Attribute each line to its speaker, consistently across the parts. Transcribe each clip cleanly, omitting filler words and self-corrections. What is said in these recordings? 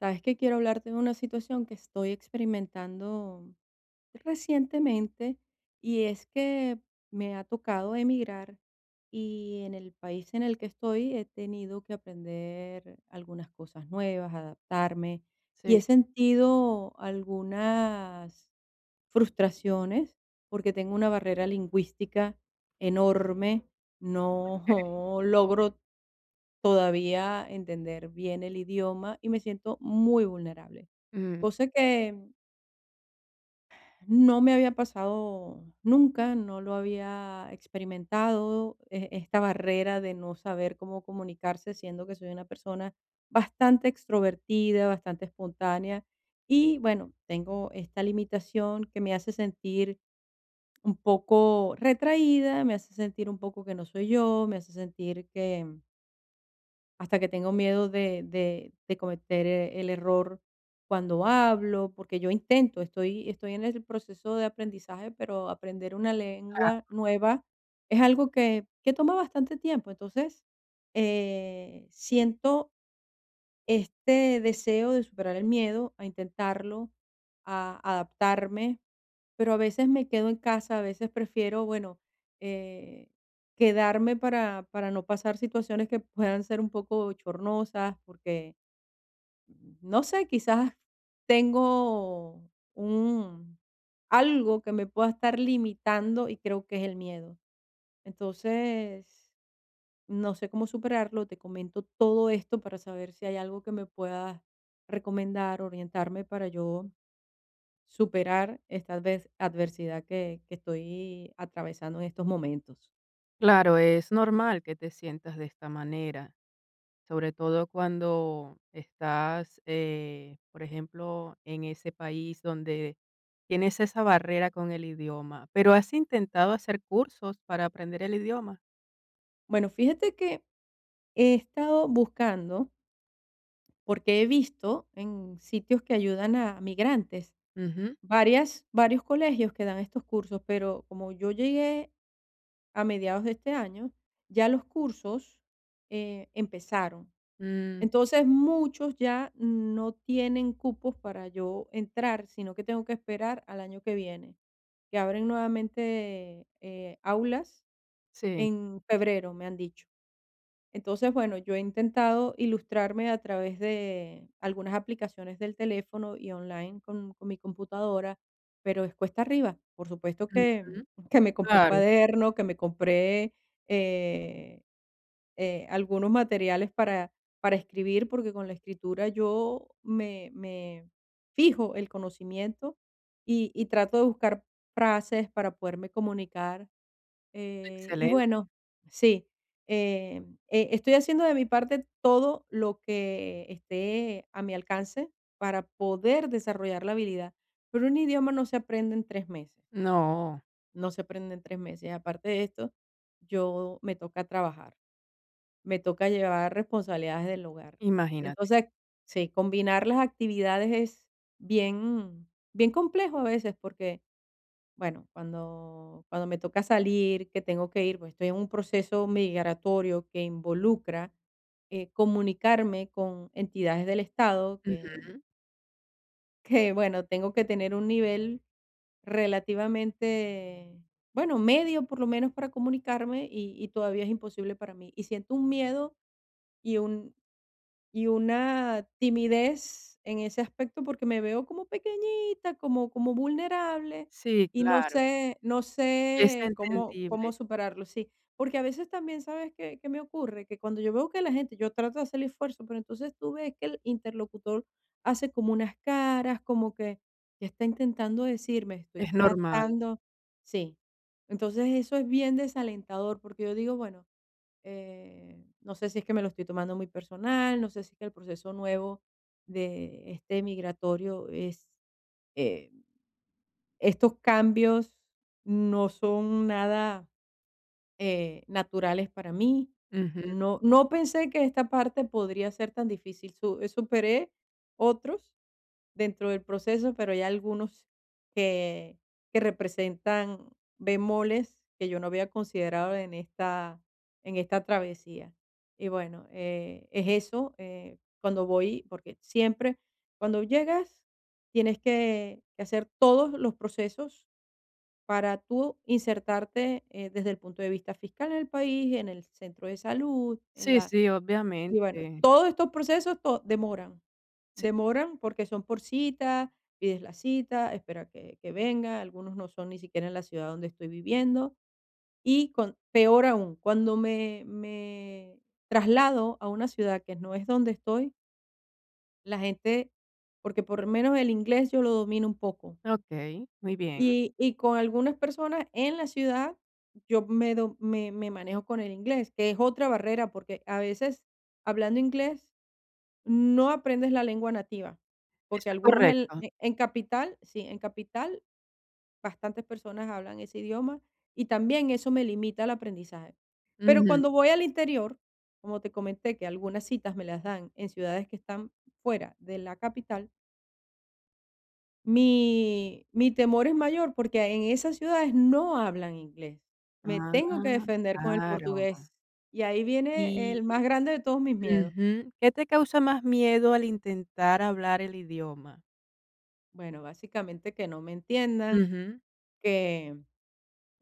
Speaker 1: Sabes que quiero hablarte de una situación que estoy experimentando recientemente y es que me ha tocado emigrar y en el país en el que estoy he tenido que aprender algunas cosas nuevas, adaptarme
Speaker 2: Sí,
Speaker 1: y he sentido algunas frustraciones porque tengo una barrera lingüística enorme,
Speaker 2: que
Speaker 1: no logro todavía entender bien el idioma y me siento muy vulnerable.
Speaker 2: mm,
Speaker 1: Cosa que no me había pasado nunca, no lo había experimentado, esta barrera de no saber cómo comunicarse, siendo que soy una persona bastante extrovertida, bastante espontánea. Y bueno, tengo esta limitación que me hace sentir un poco retraída, me hace sentir un poco que no soy yo, me hace sentir que hasta que tengo miedo de cometer el error cuando hablo, porque yo intento, estoy en el proceso de aprendizaje, pero aprender una lengua nueva es algo que toma bastante tiempo. Entonces, siento este deseo de superar el miedo, a intentarlo, a adaptarme, pero a veces me quedo en casa, a veces prefiero, bueno, eh, quedarme para no pasar situaciones que puedan ser un poco chornosas, porque, no sé, quizás tengo un, algo que me pueda estar limitando y creo que es el miedo. Entonces, no sé cómo superarlo, te comento todo esto para saber si hay algo que me puedas recomendar, orientarme para yo superar esta adversidad que estoy atravesando en estos momentos.
Speaker 2: claro, es normal que te sientas de esta manera, sobre todo cuando estás, por ejemplo, en ese país donde tienes esa barrera con el idioma, pero has intentado hacer cursos para aprender el idioma.
Speaker 1: Bueno, fíjate que he estado buscando, porque he visto en sitios que ayudan a migrantes,
Speaker 2: Ujú,
Speaker 1: varios colegios que dan estos cursos, pero como yo llegué a mediados de este año, ya los cursos empezaron.
Speaker 2: mm,
Speaker 1: Entonces, muchos ya no tienen cupos para yo entrar, sino que tengo que esperar al año que viene, que abren nuevamente, aulas
Speaker 2: sí,
Speaker 1: en febrero, me han dicho. Entonces, bueno, yo he intentado ilustrarme a través de algunas aplicaciones del teléfono y online con mi computadora, pero es cuesta arriba. Por supuesto que
Speaker 2: ujú,
Speaker 1: que me compré un
Speaker 2: claro,
Speaker 1: cuaderno, que me compré, eh algunos materiales para escribir, porque con la escritura yo me fijo el conocimiento y trato de buscar frases para poderme comunicar. Y
Speaker 2: excelente.
Speaker 1: bueno, sí, estoy haciendo de mi parte todo lo que esté a mi alcance para poder desarrollar la habilidad, pero un idioma no se aprende en 3 meses,
Speaker 2: No,
Speaker 1: no se aprende en tres meses. Aparte de esto, yo me toca trabajar, me toca llevar responsabilidades del hogar. Y
Speaker 2: imagínate.
Speaker 1: entonces, sí, combinar las actividades es bien complejo a veces porque, bueno, cuando me toca salir, que tengo que ir, pues estoy en un proceso migratorio que involucra comunicarme con entidades del Estado que,
Speaker 2: Ujú,
Speaker 1: que, bueno, tengo que tener un nivel relativamente, bueno, medio por lo menos para comunicarme y todavía es imposible para mí. Y siento un miedo y un, y una timidez en ese aspecto porque me veo como pequeñita, como vulnerable
Speaker 2: sí,
Speaker 1: y
Speaker 2: claro,
Speaker 1: no
Speaker 2: es
Speaker 1: sé
Speaker 2: entendible,
Speaker 1: cómo superarlo, sí. Porque a veces también, ¿sabes qué me ocurre? Que cuando yo veo que la gente, yo trato de hacer el esfuerzo, pero entonces tú ves que el interlocutor hace como unas caras, como que, ¿qué está intentando decirme? Estoy
Speaker 2: es normal.
Speaker 1: tratando, sí. Entonces, eso es bien desalentador porque yo digo, bueno, no sé si es que me lo estoy tomando muy personal, no sé si es que el proceso nuevo de este migratorio es, eh, estos cambios no son nada naturales para mí.
Speaker 2: Ujú,
Speaker 1: No, no pensé que esta parte podría ser tan difícil. Superé otros, dentro del proceso, pero hay algunos que, que representan bemoles que yo no había considerado en esta travesía. Y bueno, es eso, cuando voy, porque siempre, cuando llegas, tienes que hacer todos los procesos para tú insertarte desde el punto de vista fiscal en el país, en el centro de salud, en
Speaker 2: sí,
Speaker 1: la
Speaker 2: sí,
Speaker 1: y bueno,
Speaker 2: obviamente.
Speaker 1: todos estos procesos to demoran, demoran porque son por cita, pides la cita, espera que venga, algunos no son ni siquiera en la ciudad donde estoy viviendo. Y con peor aún, cuando me traslado a una ciudad que no es donde estoy, la gente porque por lo menos el inglés yo lo domino un poco,
Speaker 2: Okey, muy bien.
Speaker 1: y con algunas personas en la ciudad yo me do me me manejo con el inglés, que es otra barrera, porque a veces hablando inglés no aprendes la lengua nativa, porque
Speaker 2: Eso es
Speaker 1: algunos
Speaker 2: correcto.
Speaker 1: en capital, sí, en capital bastantes personas hablan ese idioma y también eso me limita el aprendizaje. Pero
Speaker 2: Ujú.
Speaker 1: cuando voy al interior, como te comenté que algunas citas me las dan en ciudades que están fuera de la capital, mi temor es mayor porque en esas ciudades no hablan inglés. Me tengo que
Speaker 2: Ah,
Speaker 1: defender con el
Speaker 2: claro.
Speaker 1: portugués y ahí viene
Speaker 2: Y
Speaker 1: el más grande de todos mis miedos.
Speaker 2: ujú. ¿Qué te causa más miedo al intentar hablar el idioma?
Speaker 1: Bueno, básicamente que no me entiendan,
Speaker 2: Ujú.
Speaker 1: que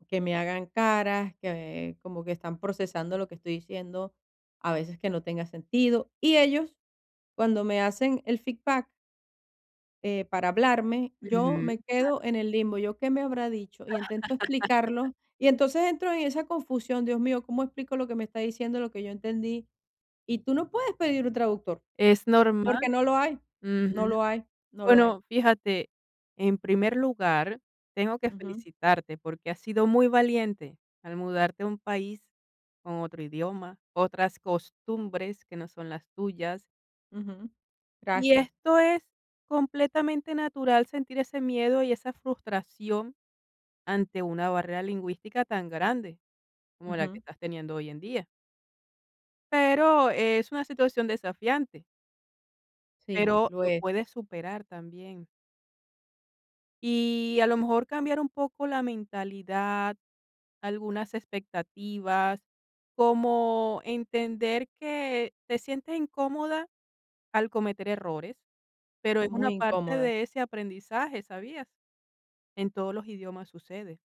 Speaker 1: que me hagan caras, que como que están procesando lo que estoy diciendo, a veces que no tenga sentido. Y ellos, cuando me hacen el feedback para hablarme, yo
Speaker 2: Ujú.
Speaker 1: me quedo en el limbo, yo qué me habrá dicho y intento explicarlo. Y entonces entro en esa confusión, Dios mío, ¿cómo explico lo que me está diciendo, lo que yo entendí? Y tú no puedes pedir un traductor,
Speaker 2: Es
Speaker 1: porque
Speaker 2: normal.
Speaker 1: no lo hay,
Speaker 2: Ujú.
Speaker 1: no lo hay, no lo hay.
Speaker 2: Bueno, fíjate, en primer lugar, tengo que
Speaker 1: Ujú,
Speaker 2: felicitarte porque has sido muy valiente al mudarte a un país con otro idioma, otras costumbres que no son las tuyas.
Speaker 1: ujú.
Speaker 2: Y
Speaker 1: Gracias.
Speaker 2: esto es completamente natural sentir ese miedo y esa frustración ante una barrera lingüística tan grande como la que
Speaker 1: Ujú.
Speaker 2: estás teniendo hoy en día. Pero es una situación desafiante,
Speaker 1: Sí,
Speaker 2: pero
Speaker 1: lo
Speaker 2: lo
Speaker 1: es.
Speaker 2: puedes superar también. Y a lo mejor cambiar un poco la mentalidad, algunas expectativas, como entender que te sientes incómoda al cometer errores, pero es una
Speaker 1: Muy
Speaker 2: parte
Speaker 1: incómoda.
Speaker 2: de ese aprendizaje, ¿sabías? En todos los idiomas sucede.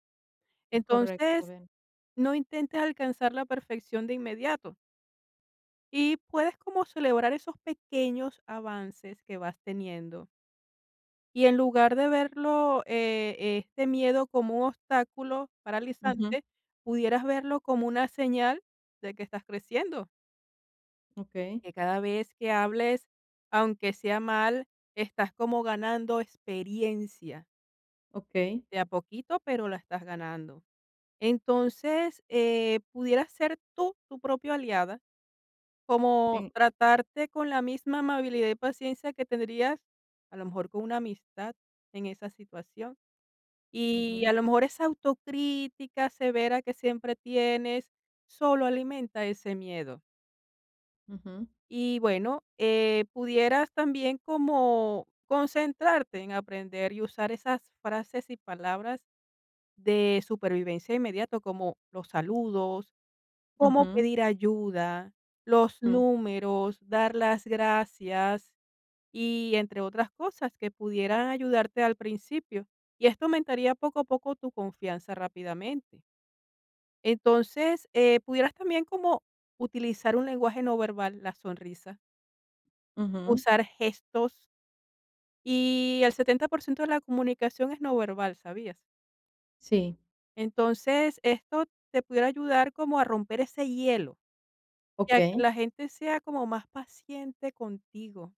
Speaker 1: Es correcto,
Speaker 2: Entonces,
Speaker 1: ven.
Speaker 2: no intentes alcanzar la perfección de inmediato y puedes como celebrar esos pequeños avances que vas teniendo. Y en lugar de verlo, este miedo como un obstáculo
Speaker 1: Ujú,
Speaker 2: paralizante, pudieras verlo como una señal de que estás creciendo,
Speaker 1: okey,
Speaker 2: que cada vez que hables, aunque sea mal, estás como ganando experiencia,
Speaker 1: okey.
Speaker 2: de a poquito, pero la estás ganando. Entonces, pudieras ser tú tu propia aliada, como
Speaker 1: En
Speaker 2: tratarte con la misma amabilidad y paciencia que tendrías a lo mejor con una amistad en esa situación. Y
Speaker 1: ujú,
Speaker 2: a lo mejor esa autocrítica severa que siempre tienes solo alimenta ese miedo.
Speaker 1: ujú,
Speaker 2: Y bueno, pudieras también como concentrarte en aprender y usar esas frases y palabras de supervivencia inmediato, como los saludos, cómo
Speaker 1: ujú,
Speaker 2: pedir ayuda, los
Speaker 1: mm,
Speaker 2: números, dar las gracias y entre otras cosas que pudieran ayudarte al principio. Y esto aumentaría poco a poco tu confianza rápidamente. Entonces, pudieras también como utilizar un lenguaje no verbal, la sonrisa,
Speaker 1: ujú.
Speaker 2: usar gestos y el 70% de la comunicación es no verbal, ¿sabías?
Speaker 1: Sí,
Speaker 2: Entonces, esto te pudiera ayudar como a romper ese hielo y a que
Speaker 1: okey,
Speaker 2: la gente sea como más paciente contigo.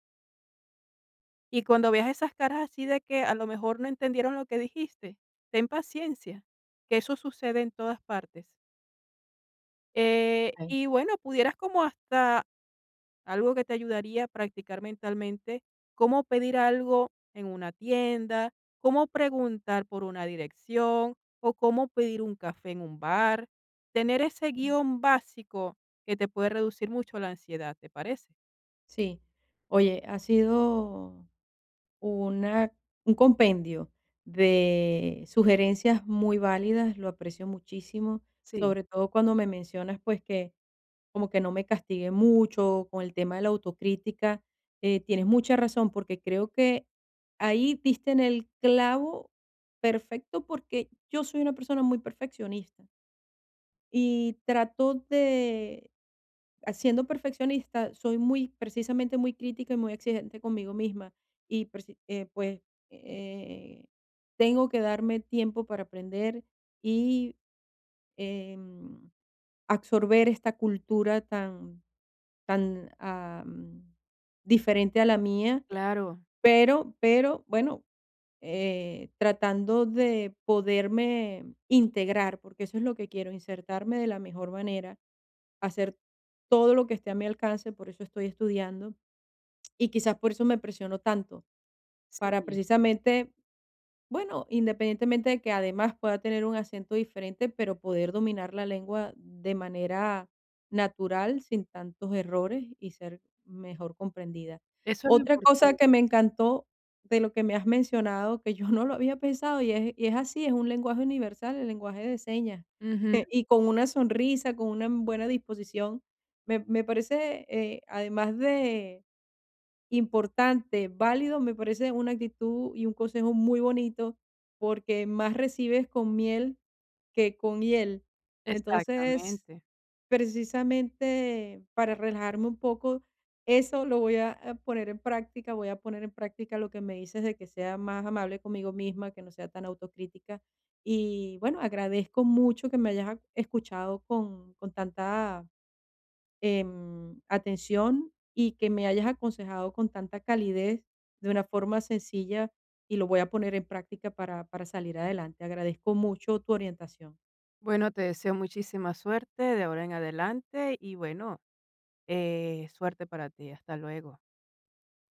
Speaker 2: Y cuando veas esas caras así de que a lo mejor no entendieron lo que dijiste, ten paciencia, que eso sucede en todas partes.
Speaker 1: okey.
Speaker 2: Y bueno, pudieras como hasta algo que te ayudaría a practicar mentalmente, cómo pedir algo en una tienda, cómo preguntar por una dirección o cómo pedir un café en un bar. Tener ese
Speaker 1: Mm,
Speaker 2: guión básico que te puede reducir mucho la ansiedad, ¿te parece?
Speaker 1: sí. Oye, ha sido una un compendio de sugerencias muy válidas, lo aprecio muchísimo,
Speaker 2: Sí.
Speaker 1: sobre todo cuando me mencionas, pues, que como que no me castigue mucho con el tema de la autocrítica. Tienes mucha razón, porque creo que ahí diste en el clavo perfecto, porque yo soy una persona muy perfeccionista. Y trato de, ah, siendo perfeccionista, soy muy, precisamente muy crítica y muy exigente conmigo misma. Pues eh, tengo que darme tiempo para aprender y em, absorber esta cultura tan tan, am, diferente a la mía,
Speaker 2: Claro,
Speaker 1: pero, bueno, tratando de poderme integrar, porque eso es lo que quiero, insertarme de la mejor manera, hacer todo lo que esté a mi alcance, por eso estoy estudiando, y quizás por eso me presiono tanto, para
Speaker 2: sí,
Speaker 1: precisamente, bueno, independientemente de que además pueda tener un acento diferente, pero poder dominar la lengua de manera natural, sin tantos errores y ser mejor comprendida.
Speaker 2: eso es lo
Speaker 1: Otra cosa
Speaker 2: importante.
Speaker 1: que me encantó de lo que me has mencionado, que yo no lo había pensado y es así, es un lenguaje universal, el lenguaje de señas.
Speaker 2: Ujú,
Speaker 1: Y con una sonrisa, con una buena disposición, me parece, además importante, válido, me parece una actitud y un consejo muy bonito, porque más recibes con miel que con hiel. Entonces,
Speaker 2: exactamente.
Speaker 1: precisamente para relajarme un poco, eso lo voy a poner en práctica, voy a poner en práctica lo que me dices de que sea más amable conmigo misma, que no sea tan autocrítica. Y bueno, agradezco mucho que me hayas escuchado con tanta atención y que me hayas aconsejado con tanta calidez de una forma sencilla y lo voy a poner en práctica para salir adelante. Agradezco mucho tu orientación.
Speaker 2: Bueno, te deseo muchísima suerte de ahora en adelante y bueno, suerte para ti. Hasta luego.